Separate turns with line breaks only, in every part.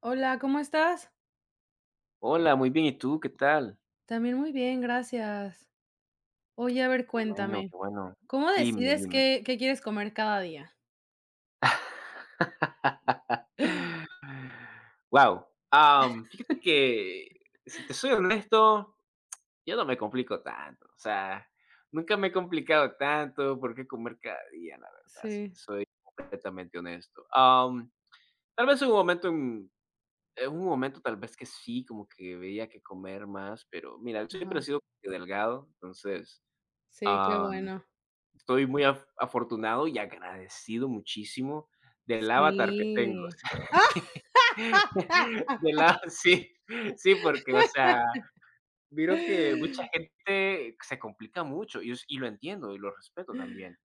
Hola, ¿cómo estás?
Hola, muy bien, ¿y tú qué tal?
También muy bien, gracias. Oye, a ver,
Qué bueno,
cuéntame,
qué bueno.
¿cómo
Dime,
decides
dime.
qué quieres comer cada día?
Wow. Fíjate que, si te soy honesto, yo no me complico tanto, o sea, nunca me he complicado tanto por qué comer cada día, la verdad, si te
Sí,
soy completamente honesto. Tal vez hubo un momento en un momento tal vez que sí, como que veía que comer más, pero mira, siempre he
ajá.
sido delgado, entonces,
Sí, qué bueno.
estoy muy af afortunado y agradecido muchísimo del avatar que tengo.
Sí.
Del a Sí, sí, porque, o sea, miro que mucha gente se complica mucho y es y lo entiendo y lo respeto también,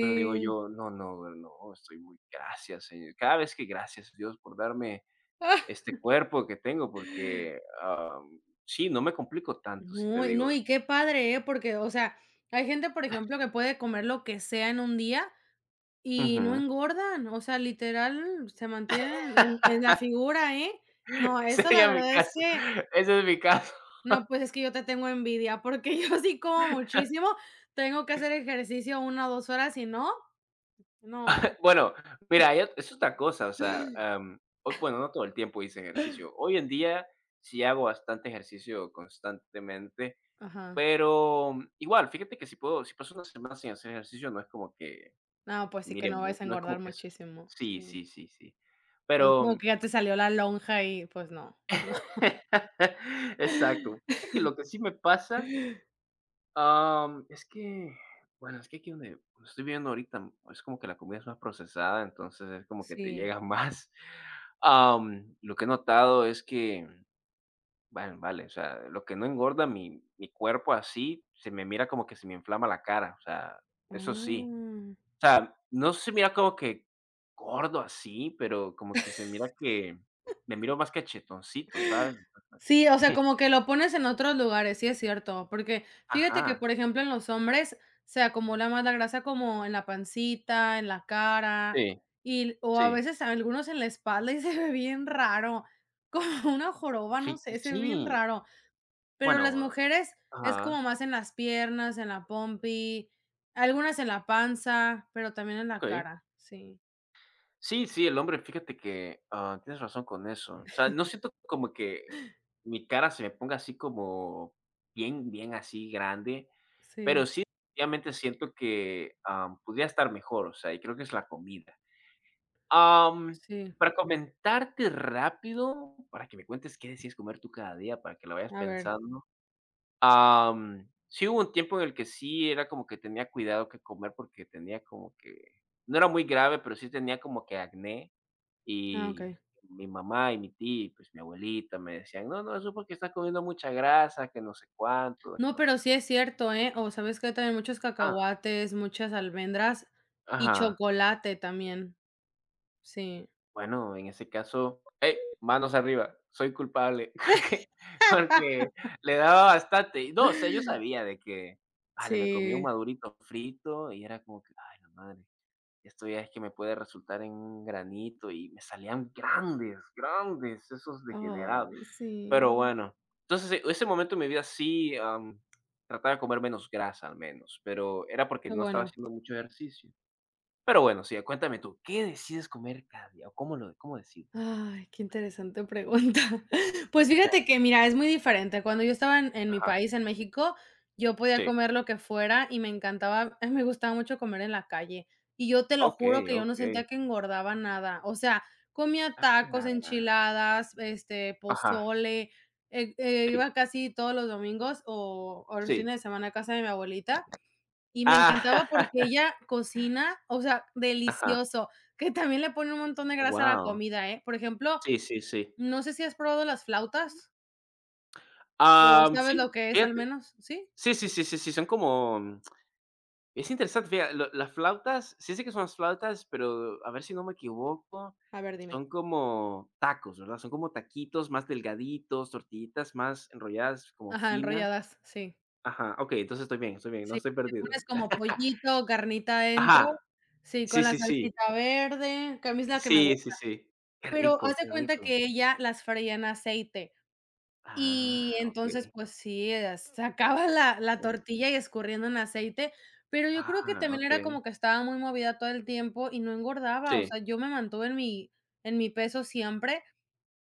pero digo yo: "No, no, no, estoy muy gracias, señor". Cada vez que gracias Dios por darme
Ah,
este cuerpo que tengo, porque, sí, no me complico tanto, si te
no, y no,
digo.
y qué padre, ¿eh? Porque, o sea, hay gente, por ejemplo, que puede comer lo que sea en un día y no
Ujú.
engordan, o sea, literal se mantienen en la figura, ¿eh? No, eso la
Sería mi
verdad es
caso,
que
ese es mi caso.
no, pues es que yo te tengo envidia, porque yo sí como muchísimo, tengo que hacer ejercicio una o 2 horas, si no, no.
Bueno, mira, hay ot es otra cosa, o sea, o bueno, no todo el tiempo hice ejercicio. Hoy en día sí hago bastante ejercicio constantemente,
Ajá.
pero igual, fíjate que si paso una semana sin hacer ejercicio, no es como que
No, pues sí que no
miren,
vas a
no es
engordar
como que es
muchísimo,
sí,
sí.
sí, sí, sí.
No es como que
Pero
ya te salió la lonja y pues no.
exacto. Fíjate que lo que sí me pasa. Es que, bueno, es que aquí donde estoy viviendo ahorita, es como que la comida es más procesada, entonces es como que te
Sí.
llega más. Lo que he notado es que, bueno, vale, o sea, lo que no engorda mi cuerpo así, se me mira como que se me inflama la cara, o sea, eso sí.
Ah.
O sea, no se mira como que gordo así, pero como que se mira que me miro más cachetoncito, ¿sabes?
Sí, o sea, como que lo pones en otros lugares, sí es cierto, porque fíjate que,
Ajá,
por ejemplo, en los hombres se acumula más la grasa como en la pancita, en la cara,
sí,
y o a
sí.
veces a algunos en la espalda y se ve bien raro, como una joroba, no sé, se ve
Sí,
bien raro, pero las
bueno,
mujeres es como
ajá.
más en las piernas, en la pompi, algunas en la panza, pero también en la
Okey.
cara. Sí,
Sí, sí, el hombre, fíjate que, ah, tienes razón con eso. O sea, no siento como que mi cara se me ponga así como bien, bien así grande, pero
sí,
sí, obviamente siento que, podría estar mejor, o sea, y creo que es la comida. Am,
sí,
para comentarte rápido, para que me cuentes qué decides comer tú cada día, para que lo vayas
a ver.
pensando. Sí hubo un tiempo en el que sí era como que tenía cuidado que comer porque tenía como que no era muy grave, pero sí tenía como que acné.
Ah,
Y
okey.
mi mamá y mi tía, y pues mi abuelita me decían: "No, no, eso porque estás comiendo mucha grasa, que no sé cuánto".
No,
Entonces
pero sí es cierto, ¿eh? O sabes que hay también muchos
ah,
cacahuates, muchas almendras y
ajá.
chocolate también. Sí.
Bueno, en ese caso, ¡hey!, manos arriba, soy culpable, porque porque le daba bastante. Y no, o sea, yo sabía de que, vale, me comía un
Sí.
madurito frito y era como que: "Ay, la madre, esto ya es que me puede resultar en un granito", y me salían grandes, grandes esos degenerados.
Ay, sí.
Pero bueno, entonces, ese momento en mi vida sí, trataba de comer menos grasa al menos, pero era porque
Qué
no estaba
bueno.
haciendo mucho ejercicio. Pero bueno, sí, cuéntame tú, ¿qué decides comer cada día o cómo decides?
Ay, qué interesante pregunta. Pues fíjate que, mira, es muy diferente. Cuando yo estaba en mi
Ajá,
país, en México, yo podía
sí.
comer lo que fuera y me encantaba, me gustaba mucho comer en la calle. Y yo te lo juro
Okey,
que yo no sentía
okey.
que engordaba nada. O sea, comía tacos,
Ah,
enchiladas, este,
ajá,
pozole, eh,
sí,
iba casi todos los domingos o los
sí.
fines de semana a casa de mi abuelita y me
Ah,
encantaba porque ella cocina, o sea,
ajá,
delicioso, que también le pone un montón de grasa a la
wow.
comida, ¿eh? Por ejemplo,
Sí, sí, sí.
no sé si has probado las flautas, o
Am,
sabes lo
sí,
que es al
fíjate.
menos, ¿sí?
Sí, sí, sí, sí, sí, son como es interesante, fija lo las flautas, sí sé que son las flautas, pero a ver si no me equivoco,
A ver, dime.
son como tacos, ¿verdad? Son como taquitos más delgaditos, tortillitas más enrolladas, como
Ajá,
finas.
enrolladas, sí.
Ajá, okey, entonces estoy bien, no
Sí,
estoy
le
perdido.
pones como pollito, carnita
Ajá,
adentro, sí,
sí,
con la
sí, sí.
salsita verde, que a mí es la que me
Sí, sí,
gusta.
sí. Qué
Pero
rico,
haz de
qué
cuenta
rico.
que ella las freía en aceite.
Ah,
Y entonces,
okey.
pues sí, sacaba la
Mm,
tortilla y escurriendo en aceite, pero yo creo que
ah,
también era
okey.
como que estaba muy movida todo el tiempo y no engordaba, o
Sí,
sea, yo me mantuve en mi peso siempre,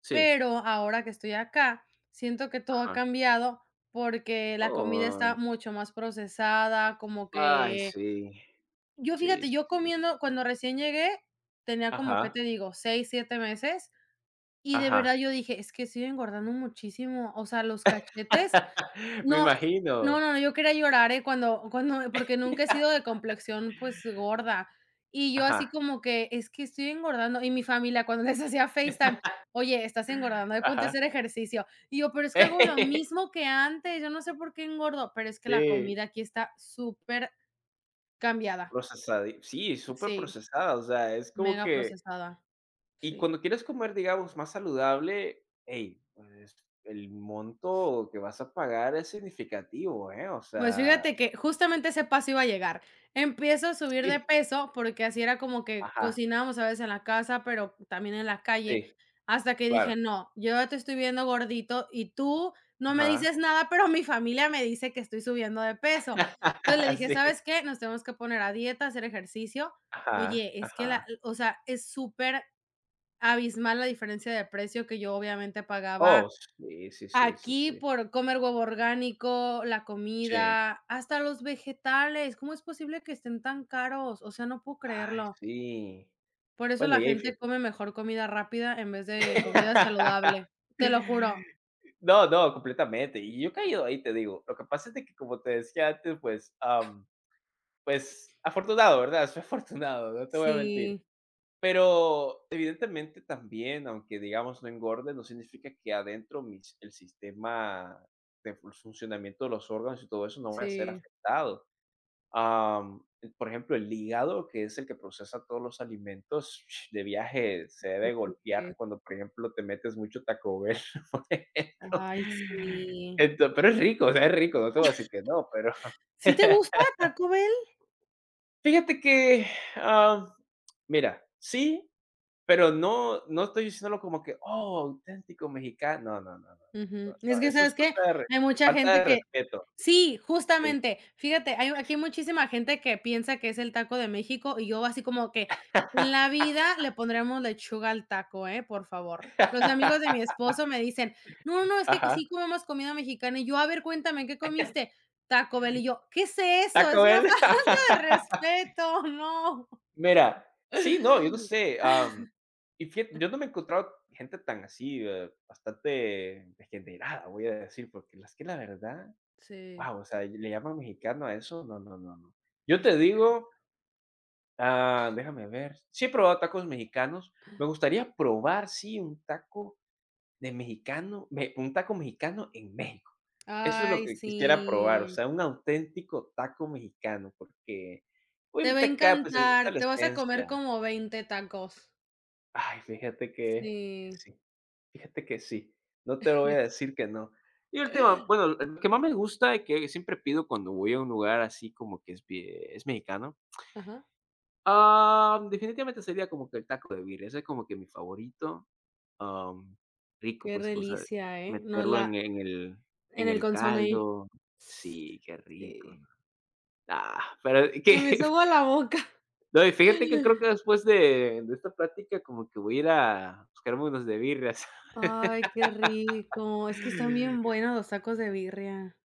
sí.
pero ahora que estoy acá, siento que todo ha
Ajá.
cambiado porque la comida está
Oh,
mucho más procesada, como
ay,
que
sí.
yo
Sí,
fíjate,
sí,
yo
sí.
comiendo cuando recién llegué, tenía como, ¿qué
Ajá,
te digo?, 6 7 meses, y de verdad
ajá.
yo dije: "Es que estoy engordando muchísimo", o sea, los cachetes
Me
no, y- no,
imagino.
no, no, yo quería llorar, ¿eh? Cuando porque nunca he sido de complexión, pues, gorda. Y yo así
Ajá.
como que: "Es que estoy engordando". Y mi familia, cuando les hacía FaceTime: "Oye, estás engordando, ponte a
Ajá.
hacer ejercicio". Y yo: "Pero es que hago lo mismo que antes, yo no sé por qué engordo". Pero es que la
Sí,
comida aquí está súper cambiada.
procesada sí, súper
Sí,
procesada, o sea, es como
mega
que
procesada.
y
Sí.
cuando quieres comer, digamos, más saludable, hey, pues, el monto que vas a pagar es significativo, ¿eh? O
Pues
sea,
fíjate que justamente ese paso iba a llegar. Empiezo a subir de
sí.
peso porque así era como que
Ajá,
cocinábamos a veces en la casa, pero también en la calle,
sí,
hasta que dije,
claro.
no, yo ya te estoy viendo gordito y tú no me
Ajá.
dices nada, pero mi familia me dice que estoy subiendo de peso. Entonces le dije,
Sí.
¿sabes qué? Nos tenemos que poner a dieta, hacer ejercicio.
Ajá,
Oye, es que la,
ajá.
o sea, es súper abismal la diferencia de precio que yo obviamente pagaba
Oh, sí, sí, sí, sí,
aquí
sí.
por comer huevo orgánico, la
Sí.
comida, hasta los vegetales, ¿cómo es posible que estén tan caros? O sea, no puedo
Ay,
creerlo.
sí.
Por eso
Bueno,
la
y ahí
gente come mejor comida rápida en vez de comida saludable, te lo juro.
no, no, completamente. Y yo he caído ahí, te digo. Lo que pasa es de que, como te decía antes, pues, pues, afortunado, ¿verdad? Soy afortunado, no te voy a mentir.
Sí,
Pero, evidentemente, también, aunque, digamos, no engorde, no significa que adentro mis el sistema de funcionamiento de los órganos y todo eso no vaya a ser
sí.
afectado. Por ejemplo, el hígado, que es el que procesa todos los alimentos, de viaje se debe
Sí,
golpear cuando, por ejemplo, te metes mucho Taco Bell, por ejemplo.
ay, sí.
Ento Pero es rico, o sea, es rico, no te voy a decir que no, pero
¿Sí te gusta Taco Bell?
fíjate que, am, mira, sí, pero no estoy diciéndolo como que: "Oh, auténtico mexicano". No, no, no, no, no,
Ujú.
no,
Es que,
eso es
¿sabes qué? Hay mucha
falta
gente
de
que
respeto,
sí,
sí.
justamente. Fíjate, hay aquí hay muchísima gente que piensa que es el taco de México, y yo así como que en la vida le pondremos lechuga al taco, ¿eh? Por favor. Los amigos de mi esposo me dicen: "No, no, es que
Ajá,
sí comemos comida mexicana", y yo: "A ver, cuéntame, ¿qué comiste?". Taco Bell, y yo: "¿Qué es eso? Es
Taco
una
Bell.
falta de respeto, no".
Mira, sí, no, yo no sé, y fíjate, yo no me he encontrado gente tan así, bastante degenerada, voy a decir, porque las que la verdad,
Sí,
wow, o sea, le llaman mexicano a eso, no, no, no, no. Yo
es
te
cierto.
digo, ah, déjame ver, sí he probado tacos mexicanos, me gustaría probar, sí, un taco de mexicano, un taco mexicano en México. Eso es lo
Ay,
que quisiera probar, o
sí.
sea, un auténtico taco mexicano, porque
Te va
obviamente
a
acá, pues, está
encantar,
la
te vas a comer
esencia.
como 20 tacos.
Ay, fíjate que
Sí.
sí, fíjate que sí. No te lo voy a decir que no. Y el tema, bueno, el que más me gusta y que siempre pido cuando voy a un lugar así como que es bie es mexicano,
Ajá,
ah, definitivamente sería como que el taco de birria, ese es como que mi favorito, am, rico,
qué
pues, o sea,
delicia, ¿eh? No
meterlo
la
en en el
en
en
el
el
consomé.
caldo. Sí, qué rico,
Sí,
¿no? Ah, pero
se
que
me hizo agua la boca.
no, y fíjate que creo que después de esta plática como que voy a ir a buscarme unos de birria.
Ay, qué rico. Es que están bien buenos los tacos de birria.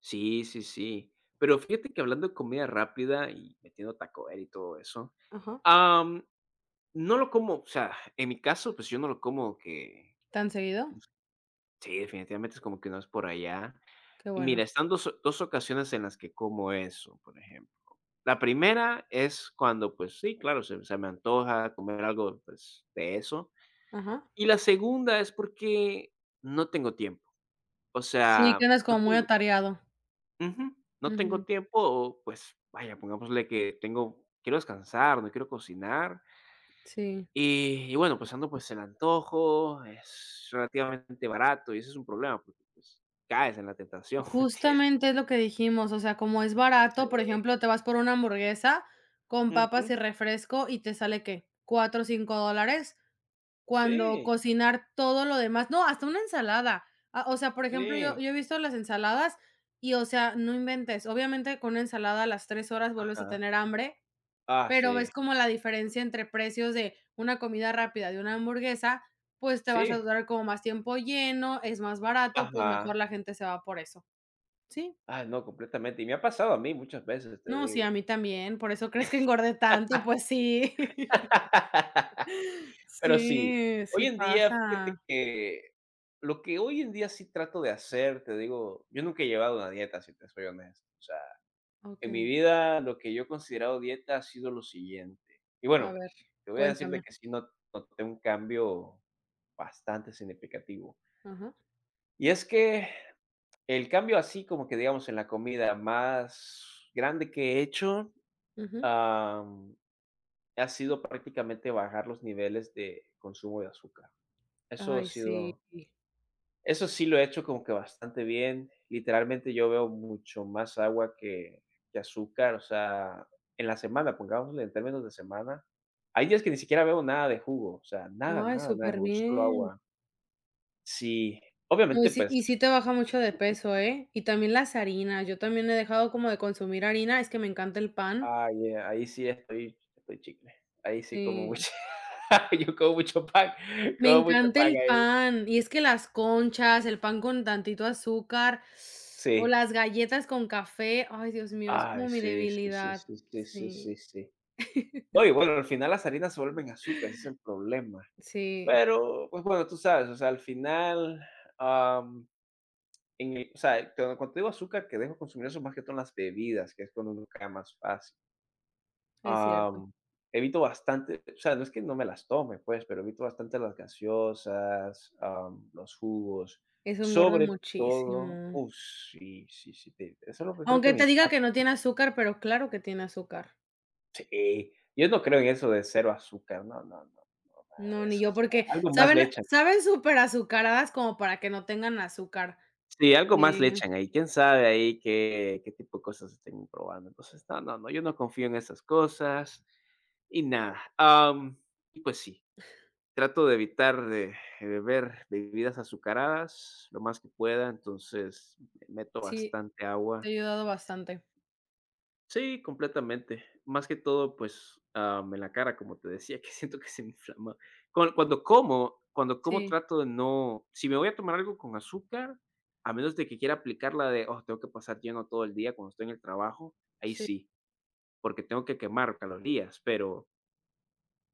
Sí, sí, sí. Pero fíjate que hablando de comida rápida y metiendo Taco Bell y todo eso,
Ajá.
am, no lo como, o sea, en mi caso, pues yo no lo como que,
¿Tan seguido?
sí, definitivamente es como que no es por allá.
Qué
Y
bueno.
mira, están dos ocasiones en las que como eso, por ejemplo. La primera es cuando, pues sí, claro, se me antoja comer algo pues, de eso.
Ajá.
Y la segunda es porque no tengo tiempo. O
Sí, que
sea,
andas
no
como muy
tengo,
atareado.
ujú. No tengo
Ujú,
tiempo o, pues, vaya, pongámosle que tengo quiero descansar, no quiero cocinar.
sí.
Y bueno, pues, ando, pues, el antojo, es relativamente barato y ese es un problema porque, pues, caes en la tentación, ¿me entiendes?
Justamente es lo que dijimos, o sea, como es barato, por ejemplo, te vas por una hamburguesa con papas
Ujú.
y refresco y te sale, ¿qué? Cuatro o $5 cuando
Sí,
cocinar todo lo demás no, hasta una ensalada. Ah, o sea, por ejemplo, yo
sí.
yo he visto las ensaladas y, o sea, no inventes. Obviamente, con una ensalada a las 3 horas vuelves a
Ajá.
tener hambre,
Ah,
pero ves
sí.
como la diferencia entre precios de una comida rápida, de una hamburguesa, pues te vas a
Sí.
durar como más tiempo lleno, es más barato, pues mejor
Ajá.
la gente se va por eso. Sí.
Ah, no, completamente. Y me ha pasado a mí muchas veces, te
No, sí, a
digo.
mí también, por eso crees que engordé tanto, pues sí.
Pero sí,
Sí,
hoy
sí
en día, fíjate
pasa.
que lo que hoy en día sí trato de hacer, te digo, yo nunca he llevado una dieta, si te soy honesto. O sea, en
Okey,
mi vida lo que yo he considerado dieta ha sido lo siguiente. Y
a
bueno,
ver,
te voy a decir de
cuéntame.
que sí no noté un cambio bastante significativo.
Ajá,
Y es que el cambio así como que digamos en la comida más grande que he hecho,
ujú.
am, ha sido prácticamente bajar los niveles de consumo de azúcar. Eso ha
Ay, sí.
sido Eso sí lo he hecho como que bastante bien. Literalmente, yo veo mucho más agua que azúcar, o sea, en la semana, pongámosle en términos de semana. Hay días que ni siquiera veo nada de jugo, o sea, nada,
Ay,
nada, nada de
súper
jugo, solo
bien.
agua. Sí,
No,
obviamente, pues,
y sí te baja mucho de peso, ¿eh? Y también las harinas, yo también he dejado como de consumir harina, es que me encanta el pan.
ay, ahí sí estoy chicle. Ahí sí como
Sí.
mucho yo
Me
como mucho
encanta
pan
el
ahí.
pan, y es que las conchas, el pan con tantito azúcar, o
Sí.
las galletas con café. Ay, Dios mío, es
Ay,
como mi
sí, sí, sí,
debilidad.
sí, sí, sí,
Sí.
sí, sí. No, y bueno, al final las harinas se vuelven azúcar, ese es el problema.
Sí,
Pero, pues bueno, tú sabes, o sea, al final, am, en el o sea, cuando te digo azúcar, que dejo de consumir eso más que todo en las bebidas, que es cuando uno cae más fácil.
es cierto.
Am, evito bastante, o sea, no es que no me las tome, pues, pero evito bastante las gaseosas, los jugos,
Eso engorda
sobre todo
muchísimo.
¡uf! Sí, sí, sí, te eso es lo que creo que
Aunque
me
te diga
impacta.
que no tiene azúcar, pero claro que tiene azúcar.
Sí, yo no creo en eso de cero azúcar, no, no, no, no, nada
No,
de
ni
eso, o
yo,
sea,
porque
algo más
saben
leche.
saben súper azucaradas como para que no tengan azúcar.
Sí, algo más le
Sí,
echan ahí. Quién sabe ahí qué tipo de cosas estén probando. Entonces, no, no, no, yo no confío en esas cosas y nada. Y pues sí, trato de evitar de beber bebidas azucaradas lo más que pueda, entonces meto
sí,
bastante
te ha
agua.
ayudado bastante.
Sí, completamente. Más que todo, pues, en la cara, como te decía, que siento que se me inflama. Cuando como
Sí,
trato de no, si me voy a tomar algo con azúcar, a menos de que quiera aplicar la de: "Oh, tengo que pasar lleno todo el día cuando estoy en el trabajo", ahí
sí,
sí, porque tengo que quemar calorías, pero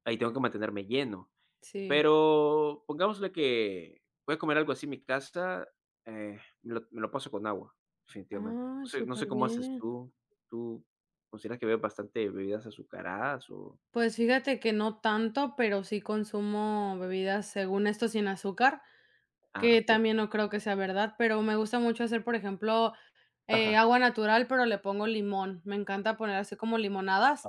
ahí tengo que mantenerme lleno.
sí.
Pero pongámosle que voy a comer algo así en mi casa, me lo paso con agua, definitivamente.
Ay,
No sé
súper
cómo haces
bien.
tú. ¿Tú consideras que bebes bastante bebidas azucaradas o?
Pues fíjate que no tanto, pero sí consumo bebidas, según esto, sin azúcar,
Ah,
que
okey.
también no creo que sea verdad, pero me gusta mucho hacer, por ejemplo,
Ajá.
agua natural, pero le pongo limón. Me encanta poner así como limonadas,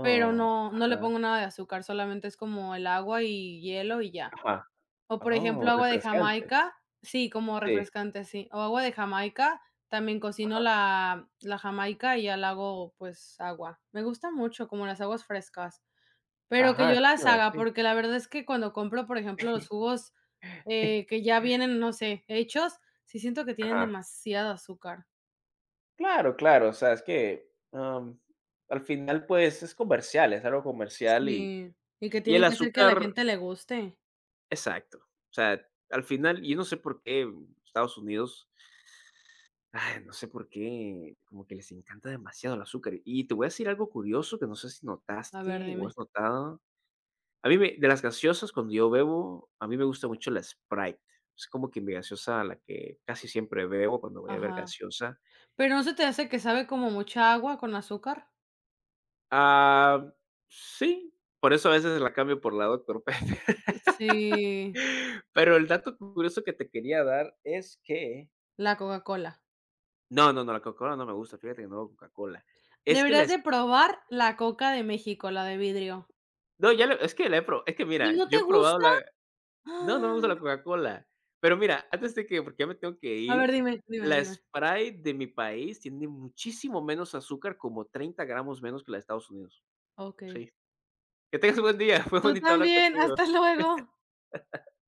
pero no, no le
ajá,
pongo nada de azúcar, solamente es como el agua y hielo y ya.
ajá.
O por ejemplo,
Oh,
agua de
refrescante.
Jamaica, sí, como
Sí,
refrescante, sí. O agua de Jamaica, también cocino
ajá.
la, la Jamaica y ya la hago pues agua. Me gusta mucho, como las aguas frescas. Pero que
Ajá,
yo
sí,
las
claro,
haga,
sí.
porque la verdad es que cuando compro, por ejemplo, los jugos, que ya vienen, no sé, hechos, sí siento que tienen
Ajá.
demasiado azúcar.
Claro, claro, o sea, es que, al final, pues, es comercial, es algo comercial y
Sí, y que
Y el
tienen que hacer que a la
azúcar
gente le guste.
exacto. O sea, al final, yo no sé por qué Estados Unidos, ay, no sé por qué, como que les encanta demasiado el azúcar. Y te voy a decir algo curioso que no sé si
A ver,
notaste o
dime.
has notado. A mí, de las gaseosas, cuando yo bebo, a mí me gusta mucho la Sprite. Es como que mi gaseosa, la que casi siempre bebo cuando voy a ver
Ajá.
gaseosa.
¿Pero no se te hace que sabe como mucha agua con azúcar?
Ah, sí, por eso a veces la cambio por la Doctor Pepe.
Sí,
Pero el dato curioso que te quería dar es que
la Coca-Cola.
no, no, no, la Coca-Cola no me gusta, fíjate que no bebo Coca-Cola. Es que
Deberías
les
de probar la Coca de México, la de vidrio.
No, ya le es que
¿Y
mira,
no
yo
te
he probado
gusta?
la no, no me gusta
Ah,
la Coca-Cola. Pero mira, antes de que porque ya me tengo que
a ver,
ir,
dime, dime,
la
dime.
Sprite de mi país tiene muchísimo menos azúcar, como 30 gramos menos que la de Estados Unidos.
Okey.
Sí. Que tengas un buen día, fue
Tú
bonito hablar
también,
contigo.
hasta luego.